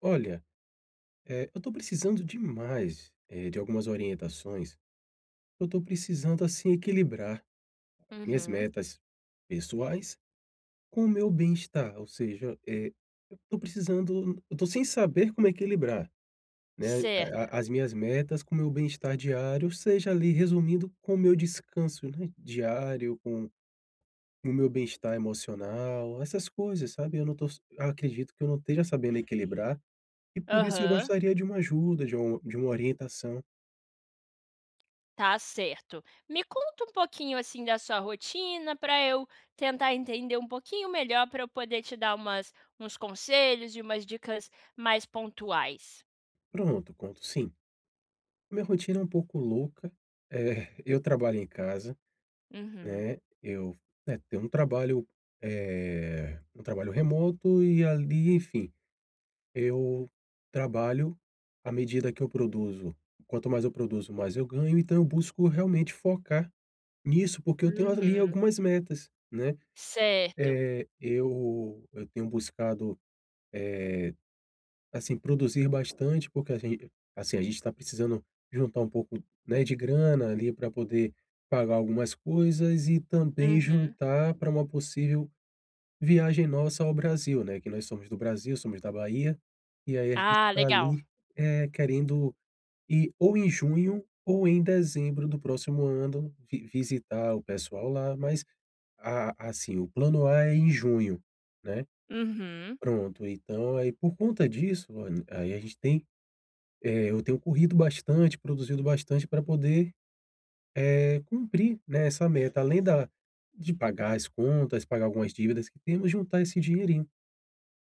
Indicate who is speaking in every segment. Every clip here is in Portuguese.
Speaker 1: Olha, eu tô precisando demais, de algumas orientações. Eu tô precisando, assim, equilibrar minhas
Speaker 2: Uhum.
Speaker 1: metas pessoais com o meu bem-estar, ou seja, eu tô sem saber como equilibrar, né,
Speaker 2: Certo.
Speaker 1: as minhas metas com o meu bem-estar diário, seja ali resumindo com o meu descanso, né, diário, com o meu bem-estar emocional, essas coisas, sabe. Eu não tô s Acredito que eu não esteja sabendo equilibrar e por isso eu
Speaker 2: Aham.
Speaker 1: gostaria de uma ajuda, de uma orientação.
Speaker 2: Tá certo. Me conta um pouquinho, assim, da sua rotina para eu tentar entender um pouquinho melhor, para eu poder te dar umas uns conselhos e umas dicas mais pontuais.
Speaker 1: Pronto, conto sim. Minha rotina é um pouco louca, eu trabalho em casa,
Speaker 2: Uhum.
Speaker 1: né, eu, né, tenho um trabalho, um trabalho remoto e ali, enfim, eu trabalho à medida que eu produzo. Quanto mais eu produzo, mais eu ganho, então eu busco realmente focar nisso, porque eu tenho ali
Speaker 2: Uhum.
Speaker 1: algumas metas, né.
Speaker 2: Certo.
Speaker 1: Eu tenho buscado, assim, produzir bastante, porque a gente está precisando juntar um pouco, né, de grana ali para poder pagar algumas coisas e também
Speaker 2: Uhum.
Speaker 1: juntar para uma possível viagem nossa ao Brasil, né, que nós somos do Brasil, somos da Bahia, e aí a gente
Speaker 2: Ah,
Speaker 1: está
Speaker 2: legal.
Speaker 1: ali, querendo ir ou em junho ou em dezembro do próximo ano vi visitar o pessoal lá, mas a assim, o plano A é em junho, né.
Speaker 2: Uhum.
Speaker 1: Pronto, então aí por conta disso, olha, aí a gente tem eu tenho corrido bastante, produzido bastante para poder, cumprir, né, essa meta, além da de pagar as contas, pagar algumas dívidas que temos, juntar esse dinheirinho,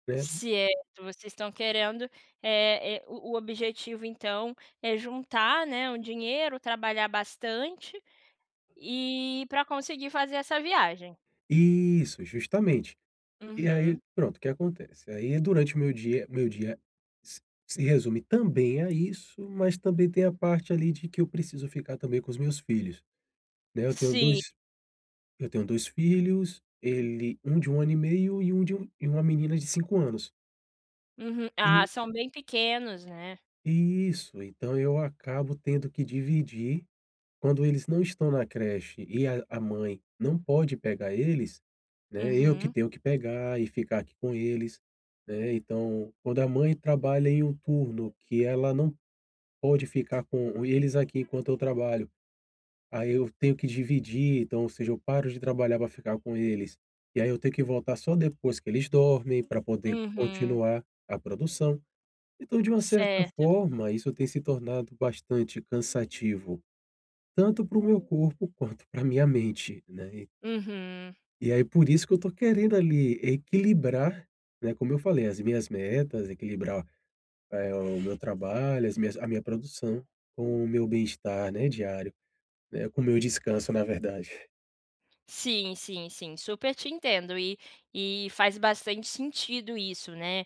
Speaker 1: né.
Speaker 2: Certo. Vocês estão querendo, o objetivo, então, é juntar, né, um dinheiro, trabalhar bastante e para conseguir fazer essa viagem.
Speaker 1: Isso, justamente. E aí,
Speaker 2: Uhum.
Speaker 1: pronto, o que acontece? Aí durante o meu dia se se resume também a isso, mas também tem a parte ali de que eu preciso ficar também com os meus filhos, né.
Speaker 2: Sim.
Speaker 1: Eu tenho 2 filhos, ele um de um ano e meio e um de um e uma menina de 5 anos.
Speaker 2: Uhum. Ah,
Speaker 1: E
Speaker 2: são bem pequenos, né.
Speaker 1: Isso, então eu acabo tendo que dividir. Quando eles não estão na creche e a mãe não pode pegar eles, né, eu que
Speaker 2: Uhum.
Speaker 1: tenho que pegar e ficar aqui com eles, né. Então, quando a mãe trabalha em um turno que ela não pode ficar com eles aqui enquanto eu trabalho, aí eu tenho que dividir, então, ou seja, eu paro de trabalhar para ficar com eles, e aí eu tenho que voltar só depois que eles dormem para poder
Speaker 2: Uhum.
Speaker 1: continuar a produção. Então, de uma certa
Speaker 2: Certo.
Speaker 1: forma, isso tem se tornado bastante cansativo, tanto para o meu corpo quanto para a minha mente, né. E
Speaker 2: Uhum.
Speaker 1: e aí por isso que eu estou querendo ali equilibrar, né, como eu falei, as minhas metas, equilibrar, o meu trabalho, as minhas a minha produção com o meu bem-estar, né, diário, né, com o meu descanso, na verdade.
Speaker 2: Sim, sim, sim, super te entendo e faz bastante sentido isso, né.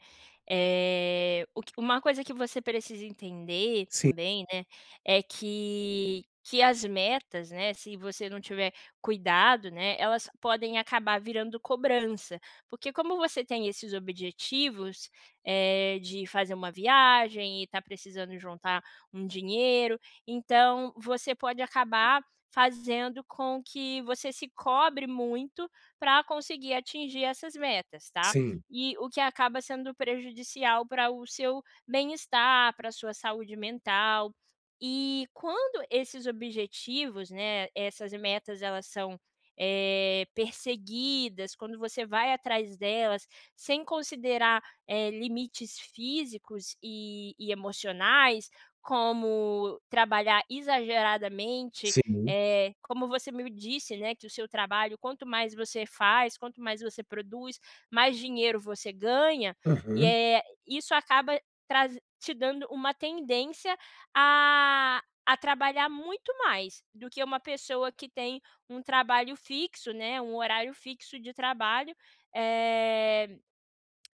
Speaker 2: Eh, o que Uma coisa que você precisa entender
Speaker 1: Sim,
Speaker 2: também, né, é que as metas, né, se você não tiver cuidado, né, elas podem acabar virando cobrança, porque como você tem esses objetivos, de fazer uma viagem e está precisando juntar um dinheiro, então você pode acabar fazendo com que você se cobre muito para conseguir atingir essas metas, tá?
Speaker 1: sim,
Speaker 2: E o que acaba sendo prejudicial para o seu bem-estar, para a sua saúde mental. E quando esses objetivos, né, essas metas, elas são perseguidas, quando você vai atrás delas, sem considerar limites físicos e emocionais, como trabalhar exageradamente
Speaker 1: sim.
Speaker 2: como você me disse, né, que o seu trabalho, quanto mais você faz, quanto mais você produz, mais dinheiro você ganha, e,
Speaker 1: Aham.
Speaker 2: isso acaba traz te dando uma tendência a trabalhar muito mais do que uma pessoa que tem um trabalho fixo, né, um horário fixo de trabalho, eh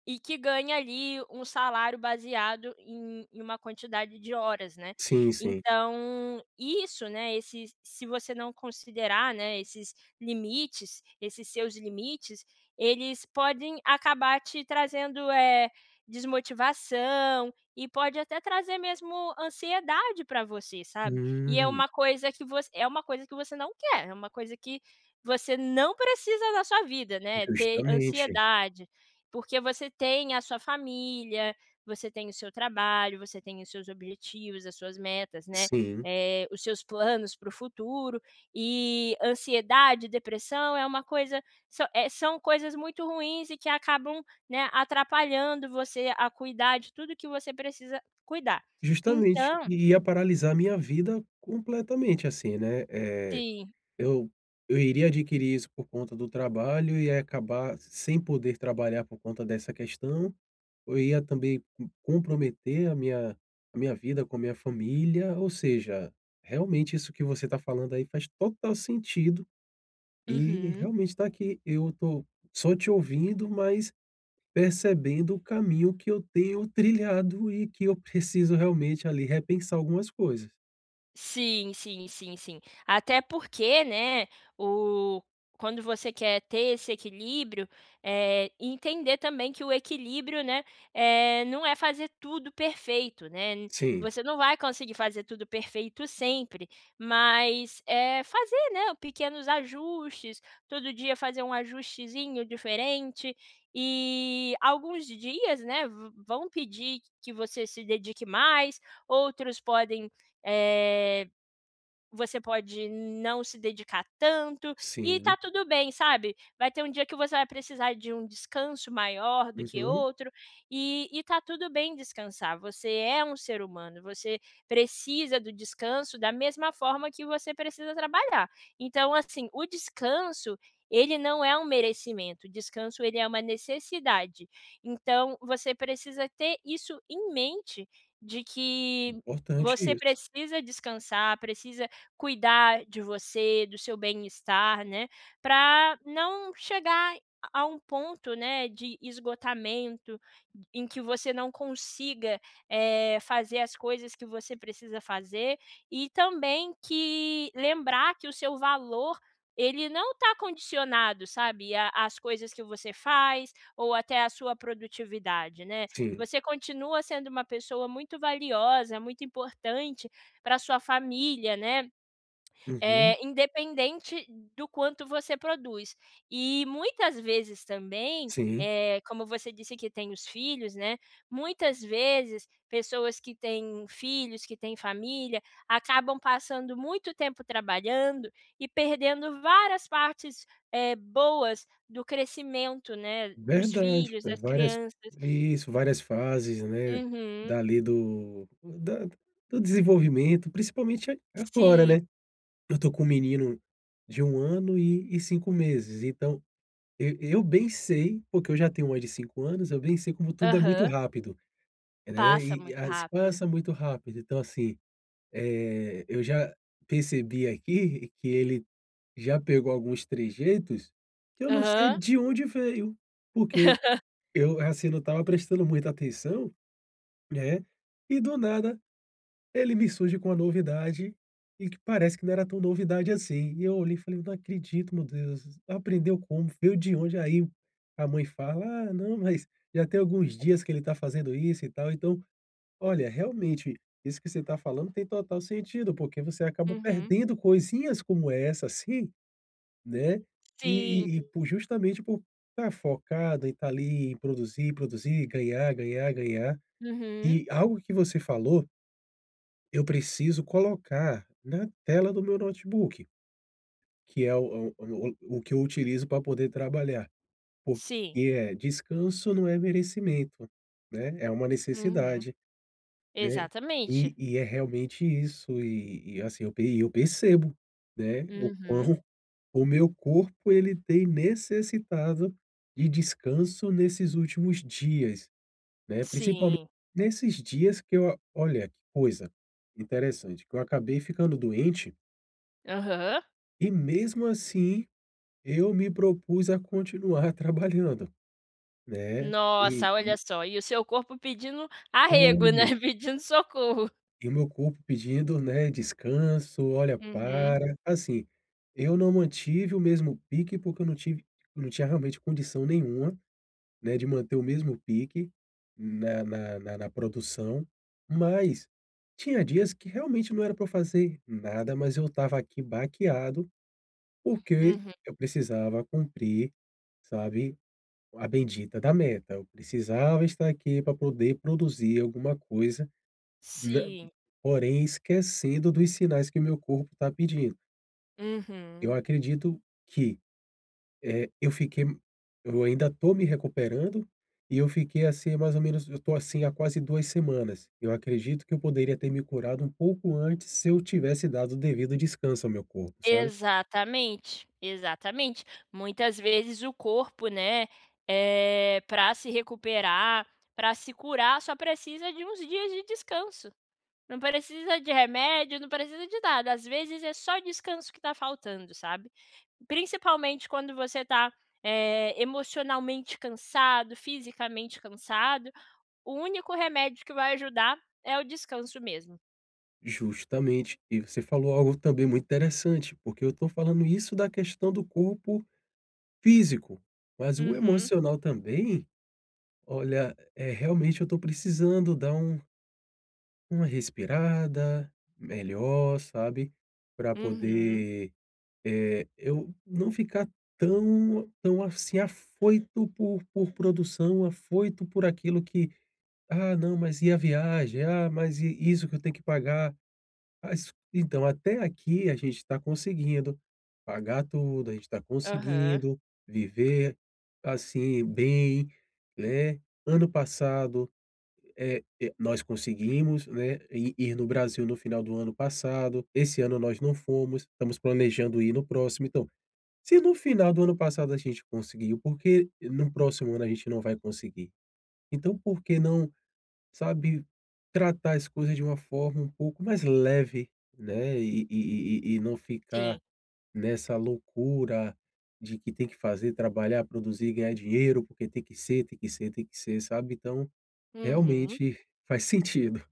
Speaker 2: e que ganha ali um salário baseado em uma quantidade de horas, né.
Speaker 1: Sim, sim.
Speaker 2: Então, isso, né, esses se você não considerar, né, esses limites, esses seus limites, eles podem acabar te trazendo, desmotivação e pode até trazer mesmo ansiedade para você, sabe. E é
Speaker 1: Hum,
Speaker 2: uma coisa que você não quer, é uma coisa que você não precisa na sua vida, né, ter
Speaker 1: justamente.
Speaker 2: ansiedade. Porque você tem a sua família, você tem o seu trabalho, você tem os seus objetivos, as suas metas, né,
Speaker 1: Sim.
Speaker 2: os seus planos para o futuro, e ansiedade, depressão é uma coisa sã eh, são coisas muito ruins e que acabam, né, atrapalhando você a cuidar de tudo que você precisa cuidar.
Speaker 1: Justamente,
Speaker 2: Então
Speaker 1: e ia paralisar minha vida completamente, assim, né,
Speaker 2: sim.
Speaker 1: eu eu iria adquirir isso por conta do trabalho e ia acabar sem poder trabalhar por conta dessa questão, eu ia também comprometer a minha vida com a minha família, ou seja, realmente isso que você está falando aí faz total sentido, e
Speaker 2: Uhum.
Speaker 1: realmente está aqui, eu tô só te ouvindo, mas percebendo o caminho que eu tenho trilhado e que eu preciso realmente ali repensar algumas coisas.
Speaker 2: Sim, sim, sim, sim. Até porque, né, o quando você quer ter esse equilíbrio, entender também que o equilíbrio, né, não é fazer tudo perfeito, né.
Speaker 1: Sim,
Speaker 2: Você não vai conseguir fazer tudo perfeito sempre, mas é fazer, né, pequenos ajustes, todo dia fazer um ajustezinho diferente. E alguns dias, né, v vão pedir que você se dedique mais, outros podem eh, você pode não se dedicar tanto, e
Speaker 1: sim.
Speaker 2: tá tudo bem, sabe. Vai ter um dia que você vai precisar de um descanso maior do que
Speaker 1: Uhum.
Speaker 2: outro, e tá tudo bem descansar, você é um ser humano, você precisa do descanso da mesma forma que você precisa trabalhar. Então, assim, o descanso, ele não é um merecimento, o descanso ele é uma necessidade. Então, você precisa ter isso em mente, de que
Speaker 1: Importante
Speaker 2: você
Speaker 1: isso.
Speaker 2: precisa descansar, precisa cuidar de você, do seu bem-estar, né, para não chegar a um ponto, né, de esgotamento em que você não consiga, fazer as coisas que você precisa fazer e também que lembrar que o seu valor, ele não está condicionado, sabe, a às coisas que você faz ou até à sua produtividade, né.
Speaker 1: Sim.
Speaker 2: Você continua sendo uma pessoa muito valiosa, muito importante para sua família, né,
Speaker 1: Uhum.
Speaker 2: é, independente do quanto você produz. E muitas vezes também,
Speaker 1: Sim.
Speaker 2: como você disse que tem os filhos, né, muitas vezes pessoas que têm filhos, que têm família, acabam passando muito tempo trabalhando e perdendo várias partes, boas do crescimento, né, dos
Speaker 1: Verdade,
Speaker 2: filhos,
Speaker 1: pé.
Speaker 2: das
Speaker 1: Várias
Speaker 2: crianças.
Speaker 1: Isso, várias fases, né,
Speaker 2: Uhum.
Speaker 1: dali do desenvolvimento, principalmente a agora,
Speaker 2: Sim.
Speaker 1: né. Eu tô com um menino de um ano e 5 meses, então eu bem sei, porque eu já tenho uma de 5 anos, eu bem sei como tudo é muito
Speaker 2: Aham.
Speaker 1: rápido. Né,
Speaker 2: Passa
Speaker 1: e
Speaker 2: muito
Speaker 1: a se
Speaker 2: rápido.
Speaker 1: passa muito rápido. Então, assim, eu já percebi aqui que ele já pegou alguns trejeitos que eu não sei
Speaker 2: Aham.
Speaker 1: de onde veio, porque eu, assim, não estava prestando muita atenção, né, e do nada ele me surge com uma novidade e que parece que não era tão novidade assim. E eu olhei e falei: "Não acredito, meu Deus, aprendeu como? Veio de onde?" Aí a mãe fala: "Ah, não, mas já tem alguns dias que ele está fazendo isso e tal". Olha, realmente, isso que você está falando tem total sentido, porque você acaba
Speaker 2: Uhum.
Speaker 1: perdendo coisinhas como essa, assim, né?
Speaker 2: Sim.
Speaker 1: Por, justamente por estar focado e estar ali em produzir, produzir, ganhar, ganhar, ganhar.
Speaker 2: Uhum.
Speaker 1: E algo que você falou, eu preciso colocar na tela do meu notebook, que é o que eu utilizo para poder trabalhar, porque
Speaker 2: Sim.
Speaker 1: descanso não é merecimento, né? É uma
Speaker 2: Uhum.
Speaker 1: necessidade. Né, e
Speaker 2: Exatamente.
Speaker 1: e é realmente isso, e assim, eu percebo, né, o quão
Speaker 2: Uhum.
Speaker 1: o meu corpo ele tem necessitado de descanso nesses últimos dias, né, principalmente
Speaker 2: Sim.
Speaker 1: nesses dias que olha que coisa interessante, que eu acabei ficando doente
Speaker 2: Aham.
Speaker 1: e mesmo assim eu me propus a continuar trabalhando, né,
Speaker 2: Nossa, olha só, e o seu corpo pedindo arrego, né,
Speaker 1: e
Speaker 2: pedindo socorro.
Speaker 1: e o meu corpo pedindo, né, descanso, olha,
Speaker 2: Uhum.
Speaker 1: para. Uhum. Assim, eu não mantive o mesmo pique, porque eu não tinha realmente condição nenhuma, né, de manter o mesmo pique na produção, mas tinha dias que realmente não era para fazer nada, mas eu estava aqui baqueado, porque
Speaker 2: Uhum.
Speaker 1: eu precisava cumprir, sabe, a bendita da meta. Eu precisava estar aqui para poder produzir alguma coisa, né.
Speaker 2: Sim.
Speaker 1: Porém, esquecendo dos sinais que o meu corpo está pedindo. Eu
Speaker 2: Uhum.
Speaker 1: acredito que, eh, eu fiquei eu ainda estou me recuperando e eu fiquei assim mais ou menos, eu estou assim há quase 2 semanas. Eu acredito que eu poderia ter me curado um pouco antes se eu tivesse dado o devido descanso ao meu corpo, sabe.
Speaker 2: Exatamente, exatamente. Muitas vezes o corpo, né, pra se recuperar, para se curar, só precisa de uns dias de descanso. Não precisa de remédio, não precisa de nada, às vezes é só descanso que tá faltando, sabe. Principalmente quando você tá, emocionalmente cansado, fisicamente cansado, o único remédio que vai ajudar é o descanso mesmo.
Speaker 1: Justamente. E você falou algo também muito interessante, porque eu estou falando isso da questão do corpo físico, mas o
Speaker 2: Uhum,
Speaker 1: emocional também, olha, realmente eu estou precisando dar uma respirada melhor, sabe, para
Speaker 2: uhum,
Speaker 1: poder, eu não ficar tão assim afoito por produção, afoito por aquilo que: "Ah, não, mas e a viagem? Ah, mas e isso que eu tenho que pagar? Ah, isso". Então, até aqui a gente está conseguindo pagar tudo, a gente está
Speaker 2: aham,
Speaker 1: conseguindo viver, assim, bem, né. Ano passado nós conseguimos, né, ir no Brasil no final do ano passado, esse ano nós não fomos, estamos planejando ir no próximo. Então, se no final do ano passado a gente conseguiu, por que no próximo ano a gente não vai conseguir? Então, por que não, sabe, tratar as coisas de uma forma um pouco mais leve, né, e não
Speaker 2: sim,
Speaker 1: ficar nessa loucura de que tem que fazer, trabalhar, produzir, ganhar dinheiro, porque tem que ser, tem que ser, tem que ser, sabe. Então,
Speaker 2: uhum.
Speaker 1: realmente faz sentido.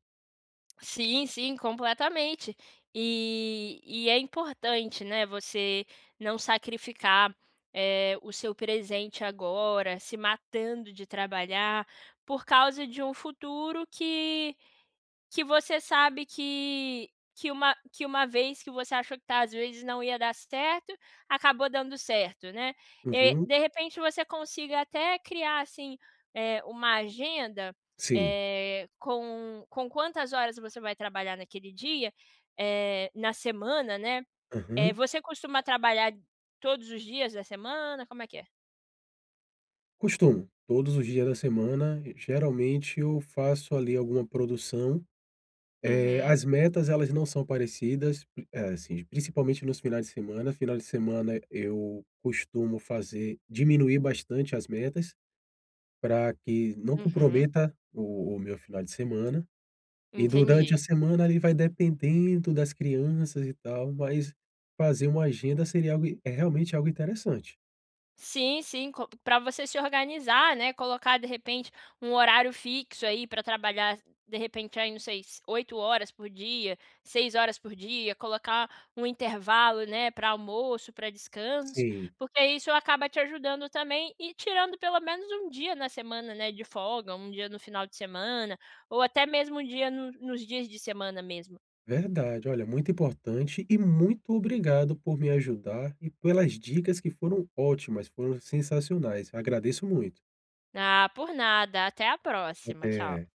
Speaker 2: Sim, sim, completamente. E é importante, né, você não sacrificar, o seu presente agora, se matando de trabalhar, por causa de um futuro que você sabe que uma vez que você achou que tá às vezes não ia dar certo, acabou dando certo, né. Eh,
Speaker 1: Uhum.
Speaker 2: de repente você consiga até criar, assim, uma agenda,
Speaker 1: Sim.
Speaker 2: com quantas horas você vai trabalhar naquele dia, na semana, né. Eh,
Speaker 1: Aham.
Speaker 2: você costuma trabalhar todos os dias da semana? Como é que é?
Speaker 1: Costumo. Todos os dias da semana, geralmente, eu faço ali alguma produção.
Speaker 2: Uhum,
Speaker 1: As metas elas não são parecidas, assim, principalmente nos finais de semana. Final de semana eu costumo fazer diminuir bastante as metas, para que não
Speaker 2: uhum,
Speaker 1: comprometa o meu final de semana. E
Speaker 2: entendi.
Speaker 1: durante a semana ali vai dependendo das crianças e tal, mas fazer uma agenda seria algo é realmente algo interessante.
Speaker 2: Sim, sim, para você se organizar, né, colocar de repente um horário fixo aí para trabalhar, de repente aí não sei, s 8 horas por dia, 6 horas por dia, colocar um intervalo, né, para almoço, para descanso,
Speaker 1: Sim.
Speaker 2: porque isso acaba te ajudando também e tirando pelo menos um dia na semana, né, de folga, um dia no final de semana, ou até mesmo um dia no nos dias de semana mesmo.
Speaker 1: Verdade, olha, muito importante e muito obrigado por me ajudar e pelas dicas que foram ótimas, foram sensacionais. Agradeço muito.
Speaker 2: Ah, por nada, até a próxima, tchau.
Speaker 1: Até.